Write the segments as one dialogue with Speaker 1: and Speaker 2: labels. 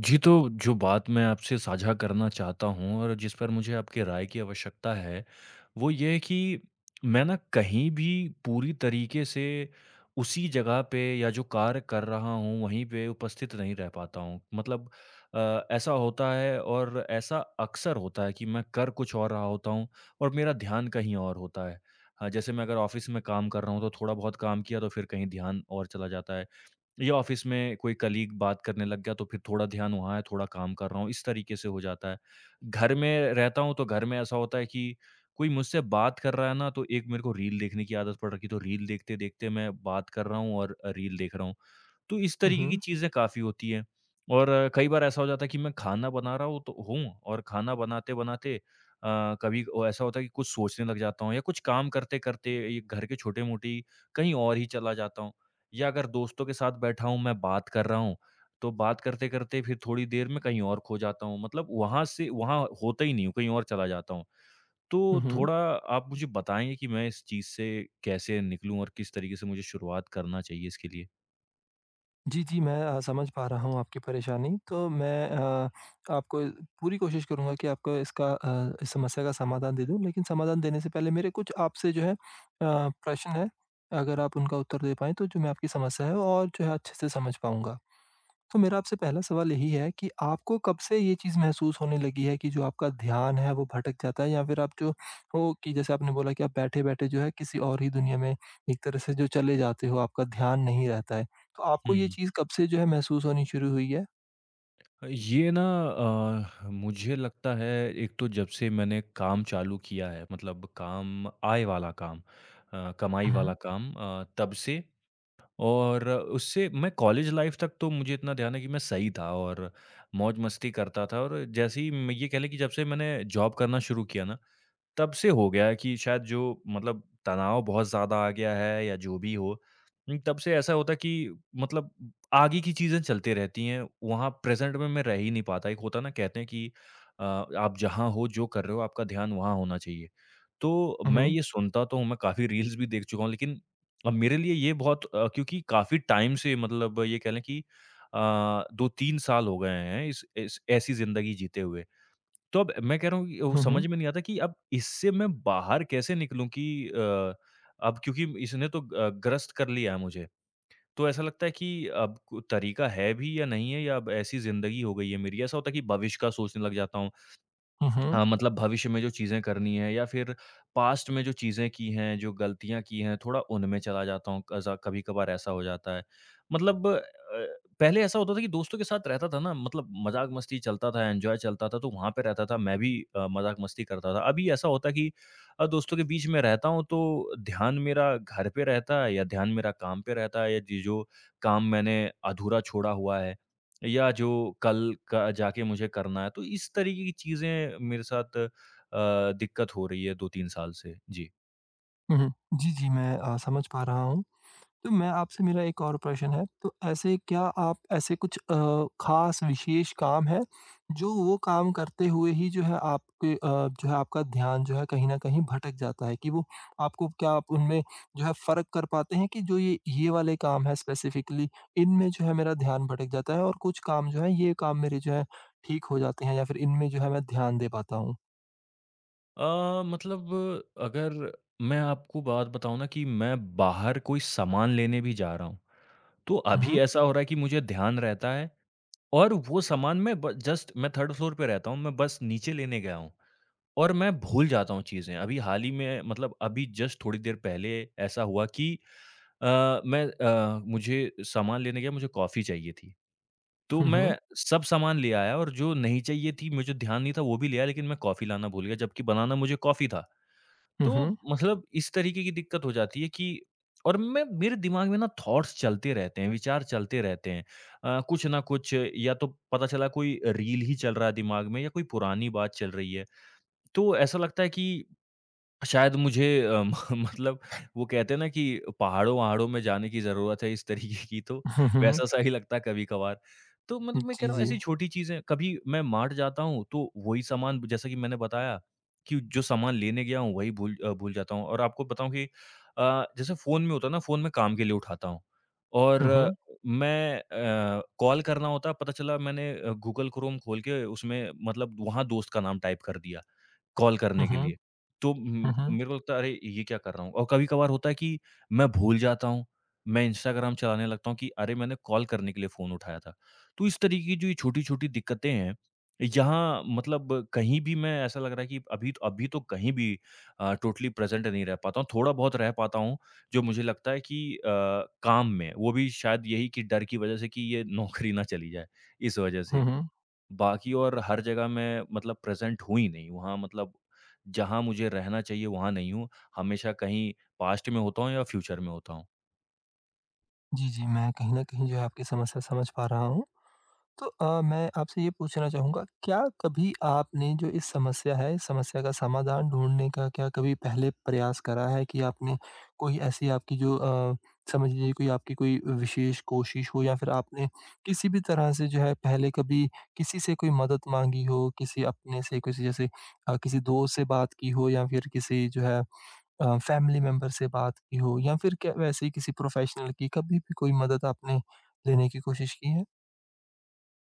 Speaker 1: जी, तो जो बात मैं आपसे साझा करना चाहता हूँ और जिस पर मुझे आपकी राय की आवश्यकता है, वो ये है कि मैं ना कहीं भी पूरी तरीके से उसी जगह पे या जो कार्य कर रहा हूँ, वहीं पे उपस्थित नहीं रह पाता हूँ। मतलब ऐसा होता है और ऐसा अक्सर होता है कि मैं कर कुछ और रहा होता हूँ और मेरा ध्यान कहीं और होता है। हाँ, जैसे मैं अगर ऑफ़िस में काम कर रहा हूँ, तो थोड़ा बहुत काम किया, तो फिर कहीं ध्यान और चला जाता है। या ऑफिस में कोई कलीग बात करने लग गया तो फिर थोड़ा ध्यान वहाँ है, थोड़ा काम कर रहा हूँ, इस तरीके से हो जाता है। घर में रहता हूँ तो घर में ऐसा होता है कि कोई मुझसे बात कर रहा है ना तो एक मेरे को रील देखने की आदत पड़ रखी है, तो रील देखते-देखते मैं बात कर रहा हूँ और रील देख रहा हूँ। तो इस तरीके की
Speaker 2: हुँ,
Speaker 1: चीज़ें काफ़ी होती हैं और कई बार ऐसा हो जाता है कि मैं खाना बना रहा हूँ तो हूँ और खाना बनाते-बनाते कभी ओ ऐसा होता है कि कुछ सोचने लग जाता हूँ या कुछ काम करते-करते ये घर के छोटे-मोटी कहीं और ही चला जाता हूँ या अगर दोस्तों के साथ बैठा हूँ, मैं बात कर रहा हूँ, तो बात करते-करते फिर थोड़ी देर में कहीं और खो जाता हूँ। मतलब वहाँ से वहाँ होता ही नहीं हूँ, कहीं और चला जाता हूँ। तो
Speaker 2: हुँ, हुँ।
Speaker 1: थोड़ा आप मुझे बताएँगे कि मैं इस चीज़ से कैसे निकलूँ और किस तरीके से मुझे शुरुआत करना चाहिए इसके लिए?
Speaker 2: जी, जी, मैं समझ पा रहा हूँ आपकी परेशानी। तो मैं आपको पूरी कोशिश करूँगा कि आपको इसका इस समस्या का समाधान दे दूँ, लेकिन समाधान देने से पहले मेरे कुछ आपसे जो है प्रश्न हैं, अगर आप उनका उत्तर दे पाएँ, तो जो मैं आपकी समस्या है और जो है अच्छे से समझ पाऊँगा। तो मेरा आपसे पहला सवाल यही है कि आपको कब से ये चीज़ महसूस होने लगी है कि जो आपका ध्यान है वो भटक जाता है या फिर आप जो हो कि जैसे आपने बोला कि आप बैठे-बैठे जो है किसी और ही दुनिया में एक तरह से जो चले जाते हो, आपका ध्यान नहीं रहता है। तो आपको ये
Speaker 1: हुँ।
Speaker 2: चीज़ कब से जो है महसूस होनी शुरू हुई है?
Speaker 1: ये ना मुझे लगता है एक तो जब से मैंने काम चालू किया है मतलब काम आय वाला काम कमाई वाला
Speaker 2: हुँ,
Speaker 1: काम तब से और उससे मैं कॉलेज लाइफ तक तो मुझे इतना ध्यान है कि मैं सही था और मौज मस्ती करता था और जैसे ही मैं ये कह लें कि जब से मैंने जॉब करना शुरू किया ना तब से हो गया है कि शायद जो मतलब तनाव बहुत ज़्यादा आ गया है या जो भी हो, तब से ऐसा होता है कि मतलब आगे की चीज़ें चलते रहती हैं, वहाँ प्रेज़ेंट में मैं रह ही नहीं पाता। एक होता है ना कहते हैं कि आप जहाँ हो, जो कर रहे हो, आपका ध्यान वहाँ होना चाहिए। तो मैं
Speaker 2: हुँ।
Speaker 1: ये सुनता तो हूँ, मैं काफ़ी रील्स भी देख चुका हूँ, लेकिन अब मेरे लिए ये बहुत क्योंकि काफ़ी टाइम से मतलब ये कह लें कि 2-3 साल हो गए हैं इस ऐसी ज़िंदगी जीते हुए। तो अब मैं कह रहा हूँ कि वो
Speaker 2: हुँ, हुँ, हुँ,
Speaker 1: समझ में नहीं आता कि अब इससे मैं बाहर कैसे निकलूँ कि अब क्योंकि इसने तो ग्रस्त कर लिया है मुझे। तो ऐसा लगता है कि अब को तरीका है भी या नहीं है या अब ऐसी ज़िंदगी हो गई है मेरी। ऐसा होता है कि भविष्य का सोचने लग जाता हूँ।
Speaker 2: हुँ, हुँ,
Speaker 1: हाँ, मतलब भविष्य में जो चीज़ें करनी है या फिर पास्ट में जो चीज़ें की हैं, जो गलतियाँ की हैं, थोड़ा उनमें चला जाता हूँ, कज़ा कभी-कभार ऐसा हो जाता है। मतलब पहले ऐसा होता था कि दोस्तों के साथ रहता था ना, मतलब मज़ाक-मस्ती चलता था, एन्जॉय चलता था, तो वहाँ पे रहता था, मैं भी मज़ाक-मस्ती करता था। अभी ऐसा होता है कि दोस्तों के बीच में रहता हूँ, तो ध्यान मेरा घर पे रहता है या ध्यान मेरा काम पे रहता है या जी जो काम मैंने अधूरा छोड़ा हुआ है, या जो कल का जाके मुझे करना है, तो इस तरीके की चीज़ें मेरे साथ दिक्कत हो रही है 2-3 साल से। जी।
Speaker 2: हुँ, हुँ। जी, जी, मैं समझ पा रहा हूँ। तो मैं आपसे मेरा एक और प्रश्न है, तो ऐसे क्या आप ऐसे कुछ ख़ास विशेष काम है, जो वो काम करते हुए ही जो है आपके जो है आपका ध्यान जो है कहीं न कहीं भटक जाता है कि वो आपको क्या आप उनमें जो है फ़र्क कर पाते हैं कि जो ये वाले काम है स्पेसिफ़िकली, इनमें जो है मेरा ध्यान भटक जाता है और कुछ काम जो है ये काम मेरे जो है ठीक हो जाते हैं या फिर इनमें जो है मैं ध्यान दे पाता हूँ?
Speaker 1: अ, मतलब अगर मैं आपको बात बताऊँ ना कि मैं बाहर कोई सामान लेने भी जा रहा हूँ, तो
Speaker 2: हुँ,
Speaker 1: अभी
Speaker 2: हुँ।
Speaker 1: ऐसा हो रहा है कि मुझे ध्यान रहता है और वो सामान मैं ब जस्ट मैं 3rd फ्लोर पे रहता हूँ, मैं बस नीचे लेने गया हूँ। और मैं भूल जाता हूँ चीज़ें। अभी हाल ही में मतलब अभी जस्ट थोड़ी देर पहले ऐसा हुआ कि अ, मैं मुझे सामान लेने गया, मुझे कॉफ़ी चाहिए थी। तो
Speaker 2: हुँ, हुँ।
Speaker 1: मैं सब सामान ले आया और जो नहीं चाहिए थी, मुझे ध्यान नहीं था वो भी ले आया लेकिन मैं कॉफ़ी लाना भूल गया जबकि बनाना मुझे कॉफ़ी था।
Speaker 2: हुँ,
Speaker 1: तो
Speaker 2: हुँ।
Speaker 1: मतलब इस तरीके की दिक्कत हो जाती है कि और मैं मेरे दिमाग में ना थॉट्स चलते रहते हैं, विचार चलते रहते हैं। कुछ ना कुछ या तो पता चला कोई रील ही चल रहा है दिमाग में या कोई पुरानी बात चल रही है। तो ऐसा लगता है कि शायद मुझे अ, म मतलब वो कहते हैं ना कि पहाड़ों-वहाड़ों में जाने की ज़रूरत है इस तरीके की तो
Speaker 2: हुँ, हुँ।
Speaker 1: वैसा-सा ही लगता है कभी-कभार। तो मतलब मैं कह
Speaker 2: जी,
Speaker 1: रहा हूँ
Speaker 2: जी।
Speaker 1: ऐसी छोटी चीज़ें कभी मैं मार्ट जाता हूँ तो वही सामान जैसा कि मैंने बताया कि जो सामान लेने गया हूँ वही भूल जाता हूँ और आपको बताऊँ कि जैसे फ़ोन में होता है ना फ़ोन में काम के लिए उठाता हूँ और
Speaker 2: हुँ, हुँ।
Speaker 1: मैं कॉल करना होता है पता चला मैंने गूगल क्रोम खोल के उसमें मतलब वहाँ दोस्त का नाम टाइप कर दिया। कॉल
Speaker 2: हुँ,
Speaker 1: करने के
Speaker 2: हुँ।
Speaker 1: लिए। तो
Speaker 2: हुँ, हुँ।
Speaker 1: मेरे को लगता है अरे! ये क्या कर रहा हूँ और कभी-कभार होता है कि मैं भूल जाता हूँ, मैं इंस्टाग्राम चलाने लगता हूँ कि अरे! मैंने कॉल करने के लिए फ़ोन उठाया था। तो इस तरीके की जो ये छोटी-छोटी दिक्कतें हैं, यहाँ मतलब कहीं भी मैं ऐसा लग रहा है कि अभी तो कहीं भी टोटली प्रेज़ेंट नहीं रह पाता हूँ। थोड़ा बहुत रह पाता हूँ, जो मुझे लगता है कि काम में, वो भी शायद यही कि डर की वज़ह से कि ये नौकरी ना चली जाए, इस वज़ह से।
Speaker 2: हुँ, हुँ।
Speaker 1: बाकी और हर जगह मैं मतलब प्रेज़ेंट हूँ ही नहीं, वहाँ मतलब जहाँ मुझे रहना चाहिए वहाँ नहीं हूँ, हमेशा कहीं पास्ट में होता हूँ या फ्यूचर में होता हूँ।
Speaker 2: जी, जी, मैं कहीं न कहीं जो है आपकी समस्या समझ पा रहा हूँ। तो मैं आपसे ये पूछना चाहूँगा, क्या कभी आपने जो इस समस्या है, इस समस्या का समाधान ढूँढने का क्या कभी पहले प्रयास करा है कि आपने कोई ऐसी आपकी जो समझ लीजिए कोई आपकी कोई विशेष कोशिश हो या फिर आपने किसी भी तरह से जो है पहले कभी किसी से कोई मदद माँगी हो, किसी अपने से किसी जैसे किसी दोस्त से बात की हो या फिर किसी जो है फैमिली मेंबर से बात की हो या फिर क्या वैसे ही किसी प्रोफेशनल की कभी भी कोई मदद आपने लेने की कोशिश की है?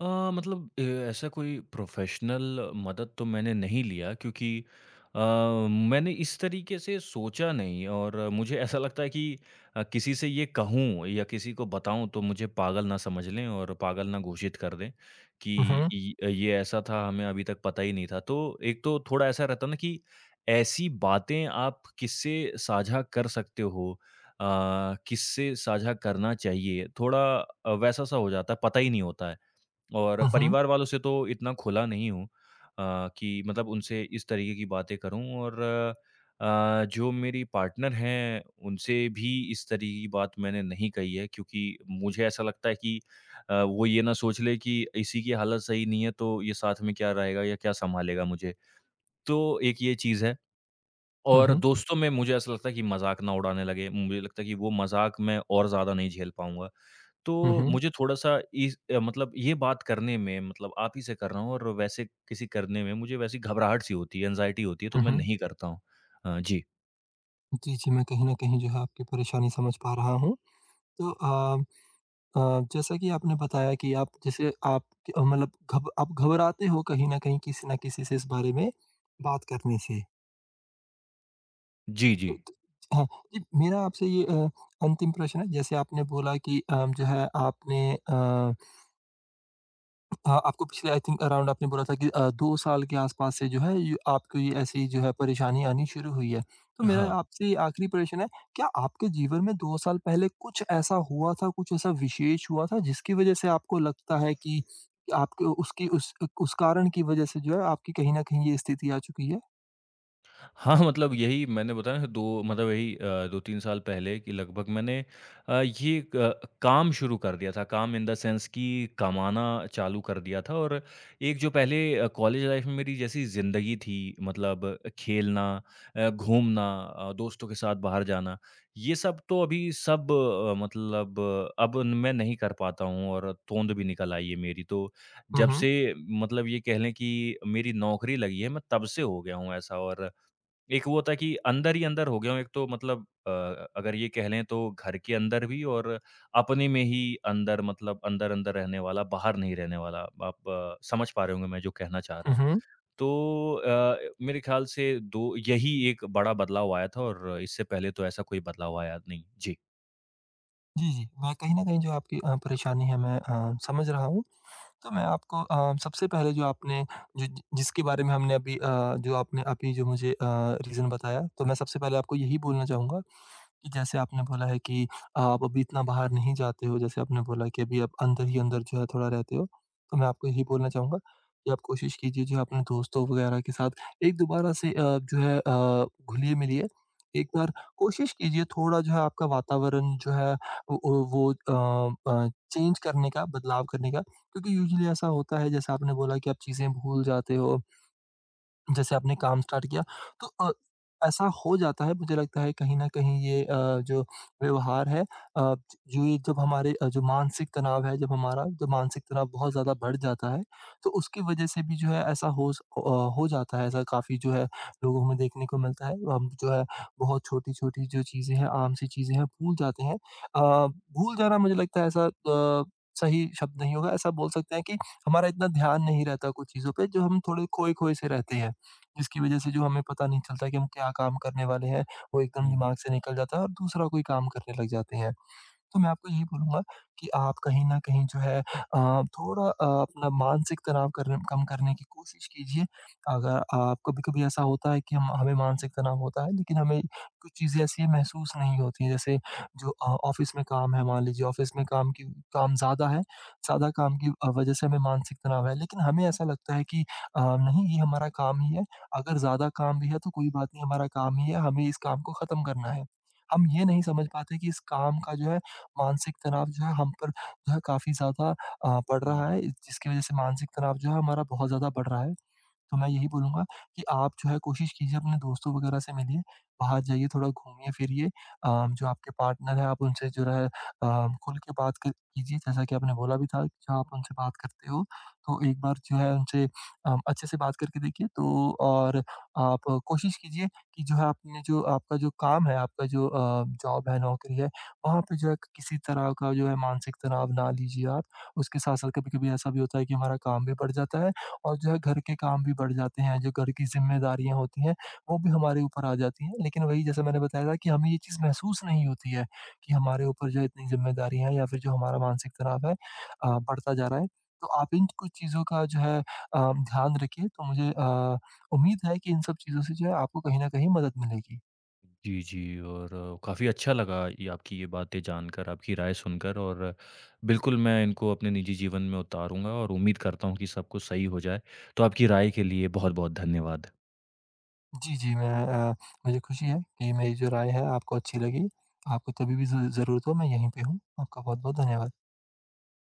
Speaker 1: अ, मतलब ए ऐसा कोई प्रोफ़ेशनल मदद तो मैंने नहीं लिया क्योंकि अ, मैंने इस तरीके से सोचा नहीं और मुझे ऐसा लगता है कि किसी से ये कहूँ या किसी को बताऊँ तो मुझे पागल ना समझ लें और पागल ना घोषित कर दें कि
Speaker 2: हुँ, हुँ।
Speaker 1: इ ये ऐसा था हमें अभी तक पता ही नहीं था। तो एक तो थोड़ा ऐसा रहता है ना कि ऐसी बातें आप किससे साझा कर सकते हो अ, किससे साझा करना चाहिए, थोड़ा वैसा-सा हो जाता है, पता ही नहीं होता है। और
Speaker 2: हुँ, हुँ।
Speaker 1: परिवार वालों से तो इतना खुला नहीं हूँ कि मतलब उनसे इस तरीके की बातें करूँ और जो मेरी पार्टनर हैं, उनसे भी इस तरीके की बात मैंने नहीं कही है क्योंकि मुझे ऐसा लगता है कि वो ये ना सोच ले कि इसी की हालत सही नहीं है, तो ये साथ में क्या रहेगा या क्या सँभालेगा मुझे। तो एक ये चीज़ है
Speaker 2: हुँ,
Speaker 1: और
Speaker 2: हुँ।
Speaker 1: दोस्तों में मुझे ऐसा लगता है कि मज़ाक ना उड़ाने लगे। मुझे लगता है कि वो मज़ाक मैं और ज़्यादा नहीं झेल पाऊँगा।
Speaker 2: हुँ,
Speaker 1: तो
Speaker 2: हुँ।
Speaker 1: मुझे थोड़ा-सा इस मतलब ये बात करने में मतलब आप ही से कर रहा हूँ और वैसे किसी करने में मुझे वैसी घबराहट-सी होती है, एंग्ज़ायटी होती है, तो
Speaker 2: हुँ,
Speaker 1: मैं
Speaker 2: हुँ।
Speaker 1: नहीं करता हूँ। जी।
Speaker 2: जी, जी, मैं कहीं न कहीं जो है आपकी परेशानी समझ पा रहा हूँ। तो अ अ, जैसा कि आपने बताया कि आप जैसे आप मतलब घब आप घबराते हो कहीं न कहीं किसी न किसी से इस बारे में बात करने से।
Speaker 1: जी, जी।
Speaker 2: तो त हाँ, जी मेरा आपसे ये अंतिम प्रश्न है जैसे आपने बोला कि जो है आपने हाँ, आपको पिछले आई थिंक अराउंड आपने बोला था कि 2 साल के आसपास से जो है ये आपको ये ऐसी जो है परेशानी आनी शुरू हुई है। तो मेरा
Speaker 1: हाँ।
Speaker 2: आपसे ये आखिरी प्रश्न है, क्या आपके जीवन में 2 साल पहले कुछ ऐसा हुआ था, कुछ ऐसा विशेष हुआ था जिसकी वज़ह से आपको लगता है कि आपके उसकी उस कारण की वज़ह से जो है आपकी कहीं न कहीं ये स्थिति आ चुकी है?
Speaker 1: हाँ, मतलब यही मैंने बताया ना 2 मतलब यही 2-3 साल पहले कि लगभग मैंने ये क काम शुरू कर दिया था। काम इन द सेंस कि कमाना चालू कर दिया था और एक जो पहले कॉलेज लाइफ़ में मेरी जैसी ज़िंदगी थी मतलब खेलना घूमना दोस्तों के साथ बाहर जाना, ये सब तो अभी सब अब मैं नहीं कर पाता हूँ और तोंद भी निकल आई है मेरी। तो
Speaker 2: हुँ,
Speaker 1: जब
Speaker 2: हुँ।
Speaker 1: से मतलब ये कह लें कि मेरी नौकरी लगी है, मैं तब से हो गया हूँ ऐसा और एक वो होता है कि अंदर ही अंदर हो गया हूँ, एक तो मतलब अगर ये कह लें तो घर के अंदर भी और अपने में ही अंदर मतलब अंदर-अंदर रहने वाला, बाहर नहीं रहने वाला। आप समझ पा रहे होंगे मैं जो कहना चाह रहा
Speaker 2: हुँ,
Speaker 1: हूँ।
Speaker 2: हुँ।
Speaker 1: तो मेरे ख़्याल से दो यही एक बड़ा बदलाव आया था और इससे पहले तो ऐसा कोई बदलाव आया नहीं। जी।
Speaker 2: जी, जी। मैं कहीं न कहीं जो आपकी परेशानी है मैं समझ रहा हूँ। तो मैं आपको सबसे पहले जो आपने जो जि जिसके बारे में हमने अभी जो आपने अभी जो मुझे रीज़न बताया, तो मैं सबसे पहले आपको यही बोलना चाहूँगा कि जैसे आपने बोला है कि आप अभी इतना बाहर नहीं जाते हो, जैसे आपने बोला कि अभी आप अंदर ही अंदर जो है थोड़ा रहते हो। तो मैं आपको यही बोलना चाहूँगा कि आप कोशिश कीजिए जो अपने दोस्तों वगैरह के साथ एक दोबारा से जो है घुलिए-मिलिए। एक बार कोशिश कीजिए थोड़ा जो है आपका वातावरण जो है वो चेंज करने का, बदलाव करने का। क्योंकि यूजुअली ऐसा होता है जैसे आपने बोला कि आप चीज़ें भूल जाते हो। जैसे आपने काम स्टार्ट किया तो ऐसा हो जाता है मुझे लगता है कहीं न कहीं ये जो व्यवहार है जो ये जब हमारे जो मानसिक तनाव है जब हमारा जो मानसिक तनाव बहुत ज़्यादा बढ़ जाता है, तो उसकी वज़ह से भी जो है ऐसा हो जाता है ऐसा काफ़ी जो है लोगों में देखने को मिलता है। हम जो है बहुत छोटी-छोटी जो चीज़ें हैं, आम सी चीज़ें हैं, भूल जाते हैं। अ, भूल जाना मुझे लगता है ऐसा सही शब्द नहीं होगा। ऐसा बोल सकते हैं कि हमारा इतना ध्यान नहीं रहता कुछ चीज़ों पे जो हम थोड़े खोए-खोए से रहते हैं। जिसकी वजह से जो हमें पता नहीं चलता कि हम क्या काम करने वाले हैं, वो एकदम
Speaker 1: हुँ,
Speaker 2: दिमाग से निकल जाता है और दूसरा कोई काम करने लग जाते हैं। तो मैं आपको यही बोलूँगा कि आप कहीं न कहीं जो है थोड़ा अपना मानसिक तनाव करन कम करने की कोशिश कीजिए। अगर आप कभी-कभी ऐसा होता है कि हम हमें मानसिक तनाव होता है, लेकिन हमें कुछ चीज़ें ऐसी महसूस नहीं होती हैं, जैसे जो ऑफ़िस में काम है, मान लीजिए ऑफ़िस में काम की काम ज़्यादा है, ज़्यादा काम की वज़ह से हमें मानसिक तनाव है, लेकिन हमें ऐसा लगता है कि नहीं ये हमारा काम ही है, अगर ज़्यादा काम भी है तो कोई बात नहीं हमारा काम ही है, हमें इस काम को ख़त्म करना है। हम ये नहीं समझ पाते कि इस काम का जो है मानसिक तनाव जो है हम पर जो है काफ़ी ज़्यादा पड़ रहा
Speaker 1: हुँ।
Speaker 2: है जिसकी वज़ह से मानसिक तनाव जो है हमारा बहुत ज़्यादा बढ़ रहा है। तो मैं यही बोलूँगा कि आप जो है कोशिश कीजिए अपने दोस्तों वगैरह से मिलिए, बाहर जाइए, थोड़ा घूमिए-फिरिए। जो आपके पार्टनर हैं आप उनसे जो है खुल के बात कर कीजिए जैसा कि आपने बोला भी था जो आप उनसे बात करते हो। तो एक बार जो है उनसे अच्छे से बात करके देखिए तो और आप कोशिश कीजिए कि जो है आपने जो आपका जो काम है, आपका जो जॉब है, नौकरी है आप जो है किसी तरह का जो है मानसिक तनाव ना लीजिए आप। उसके साथ-साथ कभी-कभी ऐसा भी होता है कि हमारा काम भी बढ़ जाता है और जो है घर के काम भी बढ़ जाते हैं, जो घर की ज़िम्मेदारियाँ होती हैं, वो भी हमारे ऊपर आ जाती हैं। लेकिन वही जैसा मैंने बताया था कि हमें ये चीज़ महसूस नहीं होती है कि हमारे ऊपर जो इतनी ज़िम्मेदारियाँ हैं या फिर जो हमारा मानसिक तनाव है बढ़ता जा रहा है। तो आप इन कुछ चीज़ों का जो है ध्यान रखिए तो मुझे उम्मीद है कि इन सब चीज़ों से जो है आपको कहीं न कहीं मदद मिलेगी।
Speaker 1: जी, जी और काफ़ी अच्छा लगा ये आपकी ये बातें जानकर, आपकी राय सुनकर और बिल्कुल मैं इनको अपने निजी जीवन में उतारूँगा और उम्मीद करता हूँ कि सब कुछ सही हो जाए। तो आपकी राय के लिए बहुत-बहुत धन्यवाद।
Speaker 2: जी, जी, मैं मुझे खुशी है कि मेरी जो राय है आपको अच्छी लगी। आपको कभी भी ज़ ज़रूरत हो मैं यहीं पे हूँ। आपका बहुत-बहुत धन्यवाद।